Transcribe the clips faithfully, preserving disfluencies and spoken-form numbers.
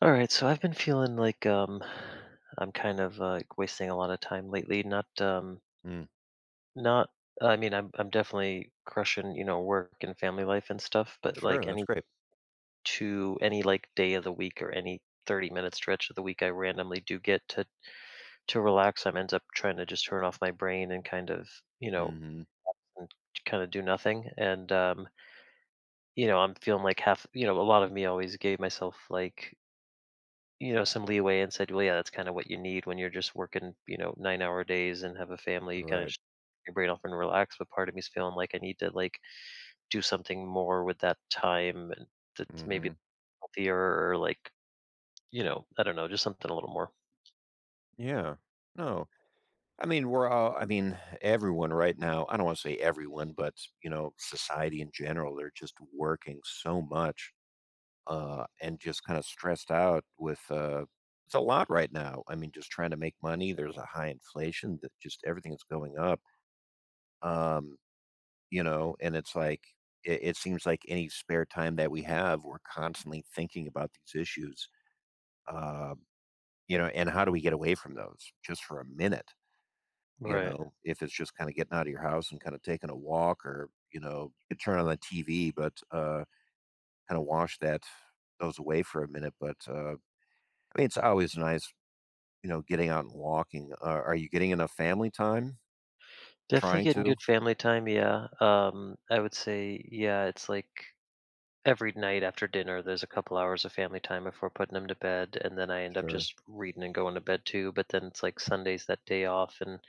All right, so I've been feeling like um I'm kind of uh, like wasting a lot of time lately. Not um Mm, not I mean I'm I'm definitely crushing, you know, work and family life and stuff, but sure, like that's any great. two any like day of the week or any thirty minute stretch of the week I randomly do get to to relax, I'm ends up trying to just turn off my brain and kind of, you know, Mhm, and kind of do nothing and um you know, I'm feeling like half, you know, a lot of me always gave myself like you know, some leeway and said, "Well, yeah, that's kind of what you need when you're just working, you know, nine-hour days and have a family. You kind of right, just your brain off and relax." But part of me's feeling like I need to, like, do something more with that time and that's maybe mhm, healthier or, like, you know, I don't know, just something a little more. yeah, no, I mean, we're all I mean, everyone right now, I don't wanna say everyone, but, you know, society in general, they're just working so much, uh, and just kinda stressed out with, uh It's a lot right now. I mean, just trying to make money, there's a high inflation that just everything is going up, um, you know, and it's like, it it seems like any spare time that we have, we're constantly thinking about these issues, uh you know, and how do we get away from those just for a minute? You Right. know, if it's just kind of getting out of your house and kind of taking a walk or, you know, you could turn on the T V, but uh, kind of wash that those away for a minute. But uh, I mean, it's always nice, you know, getting out and walking. Uh, are you getting enough family time? Definitely Trying getting to? good family time, yeah. Um, I would say, yeah, it's like every night after dinner, there's a couple hours of family time before putting them to bed, and then I end up Sure. just reading and going to bed too. But then it's like Sunday's that day off, and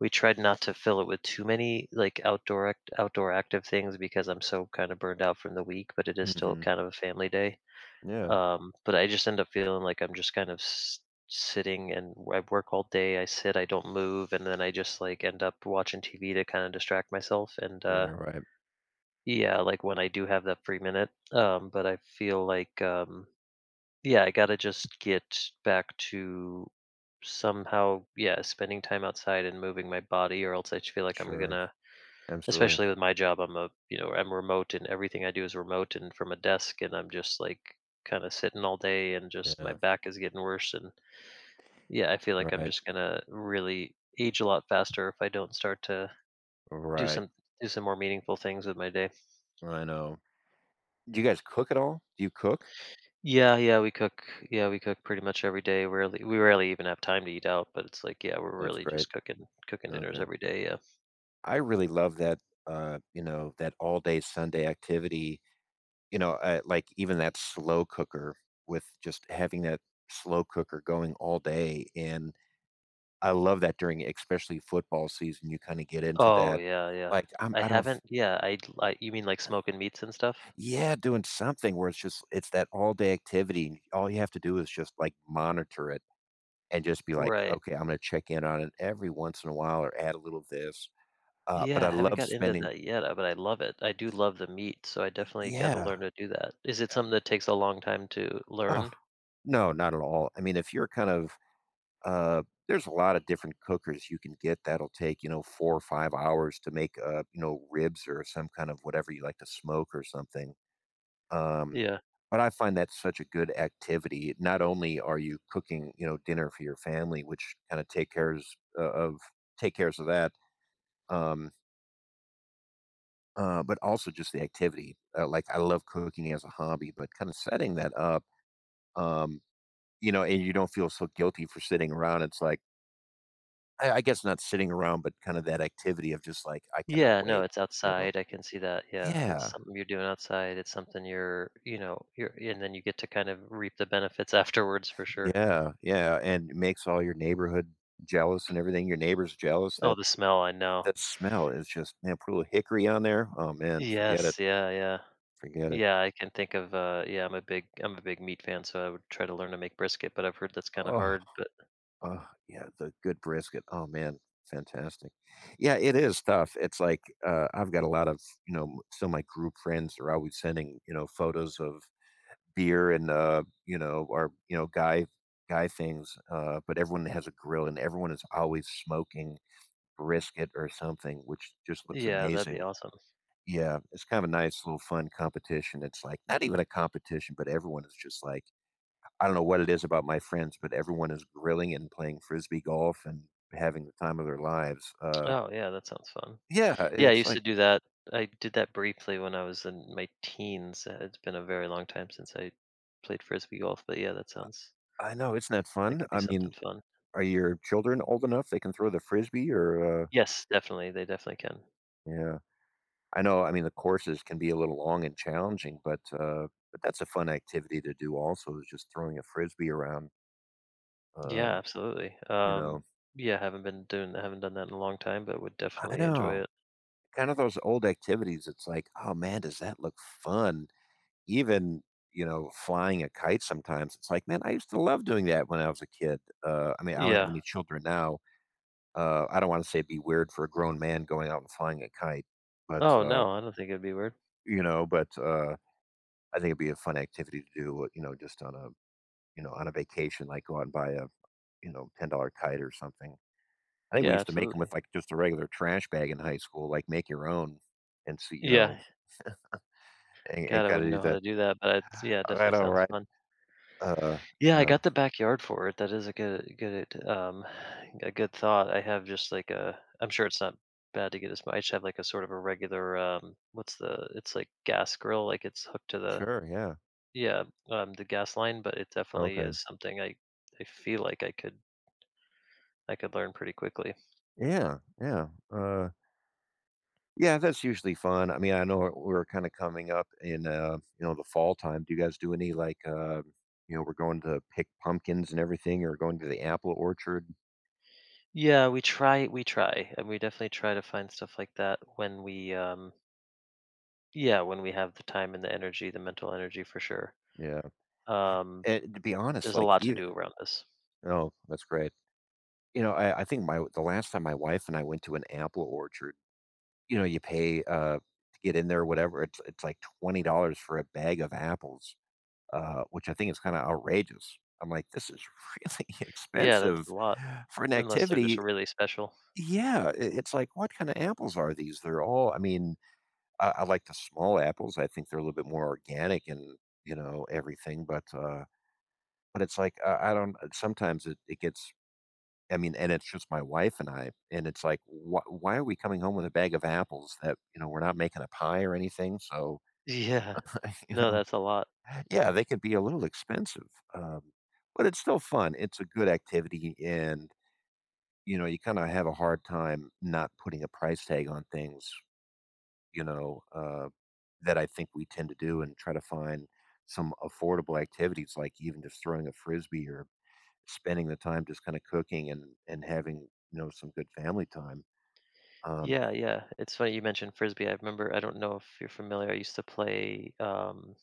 we tried not to fill it with too many, like, outdoor act outdoor active things because I'm so kinda burned out from the week, but it is still Hmm. kind of a family day. Yeah. Um, but I just end up feeling like I'm just kind of s sitting and I work all day, I sit, I don't move, and then I just, like, end up watching T V to kinda distract myself, and, Yeah. uh, Right. yeah, like, when I do have that free minute, um, but I feel like, um yeah, I gotta just get back to somehow, yeah, spending time outside and moving my body, or else I just feel like I'm Sure. gonna, Absolutely. especially with my job, I'm a, you know, I'm remote and everything I do is remote and from a desk, and I'm just like kind of sitting all day and just my Yeah. back is getting worse. And yeah, I feel like I'm Right. just gonna really age a lot faster if I don't start to do Right. some do some more meaningful things with my day. I know. Do you guys cook at all? Do you cook? Yeah, yeah, we cook. Yeah, we cook pretty much every day. Rarely, we rarely even have time to eat out, but it's like, yeah, we're That's really great. just cooking, cooking dinners Okay. every day. Yeah. I really love that, uh, you know, that all day Sunday activity, you know, uh, like even that slow cooker with just having that slow cooker going all day. And I love that during, especially football season, you kind of get into Oh, that. yeah, yeah. Like, I'm, I I don't, f- haven't. Yeah, I, I. You mean like smoking meats and stuff? yeah, doing something where it's just, it's that all day activity. And all you have to do is just like monitor it and just be like, Right. okay, I'm going to check in on it every once in a while or add a little of this. Uh, but Yeah, I I haven't love got into spending, that yet, uh, but I love it. I do love the meat, so I definitely got to yeah. learn to do that. Is it something that takes a long time to Oh, learn? no, not at all. I mean, if you're kind of uh, there's a lot of different cookers you can get that'll take, you know, four or five hours to make, uh, you know, ribs or some kind of whatever you like to smoke or something. Um, Yeah. but I find that's such a good activity. Not only are you cooking, you know, dinner for your family, which kind of take cares uh, of take cares of that, um, uh, but also just the activity. Uh, like I love cooking as a hobby, but kind of setting that up. Um, you know, and you don't feel so guilty for sitting around. It's like, I I guess not sitting around, but kind of that activity of just like, "I cannot Yeah, no, wait," it's you know? outside. I can see that. Yeah, it's Yeah, something you're doing outside. It's something you're, you know, you're, and then you get to kind of reap the benefits afterwards for sure. yeah, yeah, and it makes all your neighborhood jealous and everything, your neighbors jealous, Oh, that the smell, I know. that smell is just, man, put a little hickory on there, oh man, forget it, Yes, yeah, yeah. forget it. Yeah, I can think of, uh yeah, I'm a big I'm a big meat fan, so I would try to learn to make brisket, but I've heard that's kinda Oh, hard, but oh, yeah, the good brisket, oh man, fantastic. Yeah, it is tough, it's like, uh, I've got a lot of, you know, m- some of my group friends are always sending, you know, photos of beer and, uh, you know, or, you know, guy guy things, uh, but everyone has a grill and everyone is always smoking brisket or something, which just looks yeah, that'd be amazing. awesome. Yeah, it's kind of a nice little fun competition. It's like not even a competition, but everyone is just like, I don't know what it is about my friends, but everyone is grilling and playing frisbee golf and having the time of their lives. Uh, Oh, yeah, that sounds fun. Yeah, Yeah, I it's used like, to do that. I did that briefly when I was in my teens, uh, it's been a very long time since I played Frisbee golf, but yeah, that sounds I know, isn't that like fun? it'd be I mean, something fun. are your children old enough they can throw the frisbee or, uh, Yes, definitely, they definitely can. yeah. I know, I mean, the courses can be a little long and challenging, but, uh, but that's a fun activity to do also, is just throwing a Frisbee around, Yeah, um, absolutely. you Um, know? Yeah, haven't been doing haven't done that in a long time, but would I definitely enjoy know. it. Kind of those old activities, it's like, "Oh, man, does that look fun?" Even, you know, flying a kite sometimes, it's like, "Man, I used to love doing that when I was a kid." Uh, I mean, I don't have Yeah. any children now. Uh, I don't wanna say it'd be weird for a grown man going out and flying a kite, but, Oh, uh, no, I don't think it'd be weird. you know, but, uh, I think it'd be a fun activity to do, you know, just on a, you know, on a vacation, like go out and buy a, you know, ten dollar kite or something. I think we Yeah, used to make them with absolutely. like just a regular trash bag in high school, like make your own and see, you know, Yeah. and, and God, I kind of wouldn't do know how that. to do that, but it's yeah, it All right, definitely all sounds right. fun. Uh, Yeah, I no, got the backyard for it. That is a good good um a good thought. I have just like a I'm sure it's not bad to get a sm- I just have like a sort of a regular um what's the it's like gas grill, like it's hooked to the sure, yeah, yeah, um the gas line, but it definitely okay, is something I I feel like I could I could learn pretty quickly. yeah, yeah, uh, yeah. That's usually fun. I mean, I know we're kind of coming up in, uh, you know, the fall time. Do you guys do any like, uh, you know, we're going to pick pumpkins and everything, or going to the apple orchard? Yeah, we try we try and we definitely try to find stuff like that when we um yeah, when we have the time and the energy, the mental energy for sure. Yeah, Um, and to be honest, there's a like lot to even, do around this. oh, that's great. You know, I I think my the last time my wife and I went to an apple orchard, you know, you pay, uh, to get in there or whatever, it's it's like twenty dollars for a bag of apples, uh, which I think is kinda outrageous. I'm like, "This is really Yeah, that's expensive a lot, for an unless they're just activity." really special. Yeah, I it's like, "What kinda apples are these?" They're all, I mean, I I like the small apples, I think they're a little bit more organic and, you know, everything, but, uh but it's like, I I don't, sometimes it it gets, I mean, and it's just my wife and I, and it's like, wh- why are we coming home with a bag of apples that, you know, we're not making a pie or anything? So, Yeah, you no, know, that's a lot. yeah, they could be a little expensive, um, but it's still fun. It's a good activity, and you know, you kind of have a hard time not putting a price tag on things, you know, uh, that I think we tend to do, and try to find some affordable activities, like even just throwing a frisbee or spending the time just kind of cooking and and having, you know, some good family time. Um, Yeah, yeah. It's funny you mentioned frisbee. I remember, I don't know if you're familiar. I used to play um,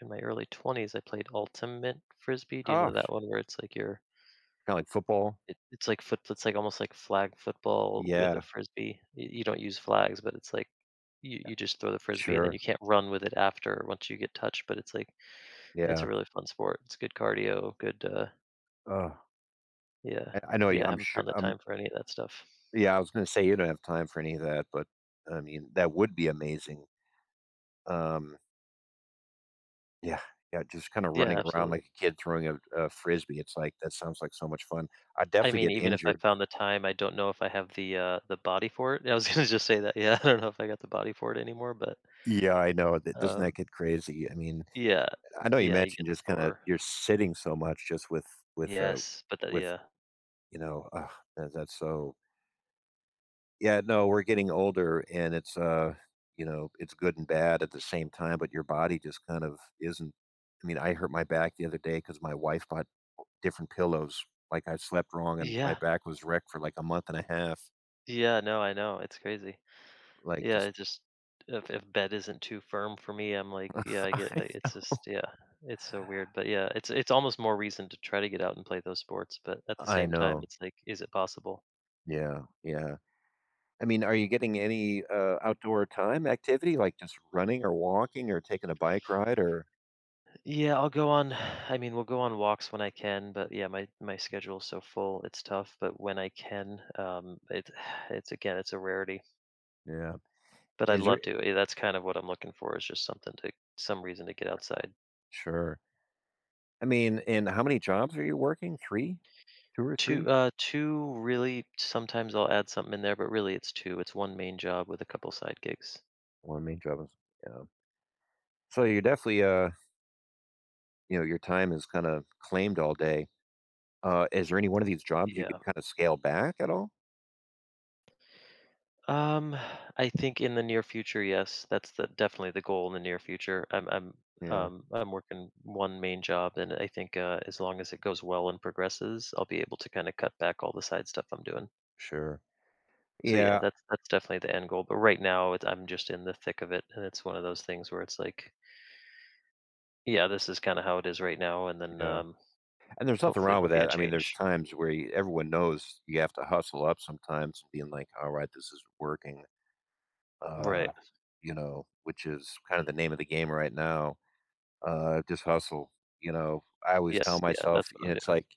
in my early twenties. I played ultimate frisbee. Do you know that Gosh. one where it's like you're, Kinda like football. it, it's like foot, it's like almost like flag football with a Yeah, frisbee. Y- You don't use flags, but it's like you, you just throw the frisbee and then sure. you can't run with it after once you get touched. But it's like it's Yeah. a really fun sport. It's good cardio, good, uh Ugh. yeah. I I know you, Yeah, I I'm haven't sure, found the um, time for any of that stuff. yeah, I was gonna say you don't have time for any of that, but, I mean, that would be amazing. Um, yeah, yeah, just kinda Yeah, running around absolutely. like a kid throwing a a Frisbee, it's like, that sounds like so much fun. I I definitely mean, get even if I injured. found the time, I don't know if I have the, uh, the body for it. I was gonna just say that, yeah, I don't know if I got the body for it anymore, but, Yeah, I know, that doesn't um, that get crazy? I mean, yeah. I know you Yeah, you mentioned get just kinda sore. you're sitting so much just with with, uh Yes, but that with, yeah. you know, ugh, that's so. Yeah, no, we're getting older and it's uh, you know, it's good and bad at the same time, but your body just kind of isn't. I mean, I hurt my back the other day because my wife bought different pillows. Like I slept wrong and my Yeah. back was wrecked for like a month and a half. Yeah, no, I know, it's crazy. Like Yeah, just it just if if bed isn't too firm for me, I'm like, yeah, I get I- I it's just yeah, it's so weird. But yeah, it's it's almost more reason to try to get out and play those sports. But at the I same time, know. it's like, is it possible? Yeah, yeah. I mean, are you getting any uh outdoor time activity like just running or walking or taking a bike ride or, Yeah, I'll go on. I mean, we'll go on walks when I can. But yeah, my my schedule's so full, it's tough. But when I can, um, it it's again, it's a rarity. yeah. But I'd Is there, love to. eh, That's kind of what I'm looking for is just something to some reason to get outside. sure. I mean, and how many jobs are you working? three? two or Two, three? uh, two really. Sometimes I'll add something in there, but really it's two. It's one main job with a couple side gigs. One main troubles, yeah. So you're definitely, uh you know, your time is kinda claimed all day. Uh, is there any one of these jobs you Yeah. could kinda scale back at all? Um, I think in the near future, yes, that's the definitely the goal in the near future. I'm I'm Yeah, um I'm working one main job, and I think uh, as long as it goes well and progresses, I'll be able to kind of cut back all the side stuff I'm doing. sure. So yeah, Yeah, that's that's definitely the end goal. But right now, it's, I'm just in the thick of it, and it's one of those things where it's like, yeah, this is kind of how it is right now, and then yeah, um, and there's nothing hopefully wrong with there'll be a that. I mean, there's change. times where you everyone knows you have to hustle up sometimes and being like, "Alright, this is working," uh, Right. you know, which is kinda the name of the game right now. Uh, just hustle, you know? I always tell Yes, yeah, myself, that's what you know, I'm it's doing. like,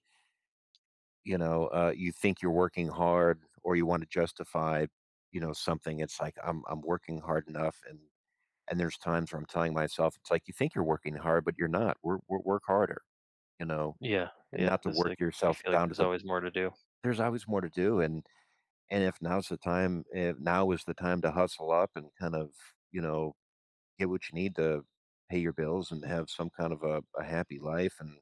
you know, uh, you think you're working hard or you want to justify, you know, something. It's like I'm I'm working hard enough, and and there's times where I'm telling myself, it's like you think you're working hard, but you're not. We're, we work harder, you know, Yeah, and yeah, not to there's, work like you yourself feel like down to there's the. always more to do. There's always more to do, and and if now's the time, if now is the time to hustle up and kind of, you know, get what you need to pay your bills and have some kind of a, a happy life and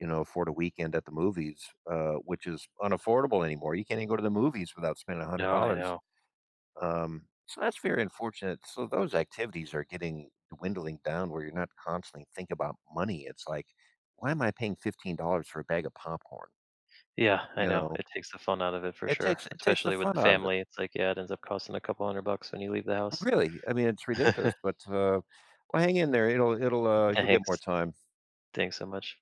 you know, afford a weekend at the movies, uh, which is unaffordable anymore. You can't even go to the movies without spending No, I one hundred dollars. know. Um, so that's very unfortunate. So those activities are getting dwindling down where you're not constantly thinking about money. It's like, why am I paying fifteen dollars for a bag of popcorn? Yeah, I You know, know, it takes the fun out of it for it takes sure, it takes the especially with the fun out of it. family, it's like, yeah, it ends up costing a couple hundred bucks when you leave the house. Really, I mean, it's ridiculous. But uh, well, hang in there. It'll it'll uh, you'll get more Thanks. time. Thanks so much.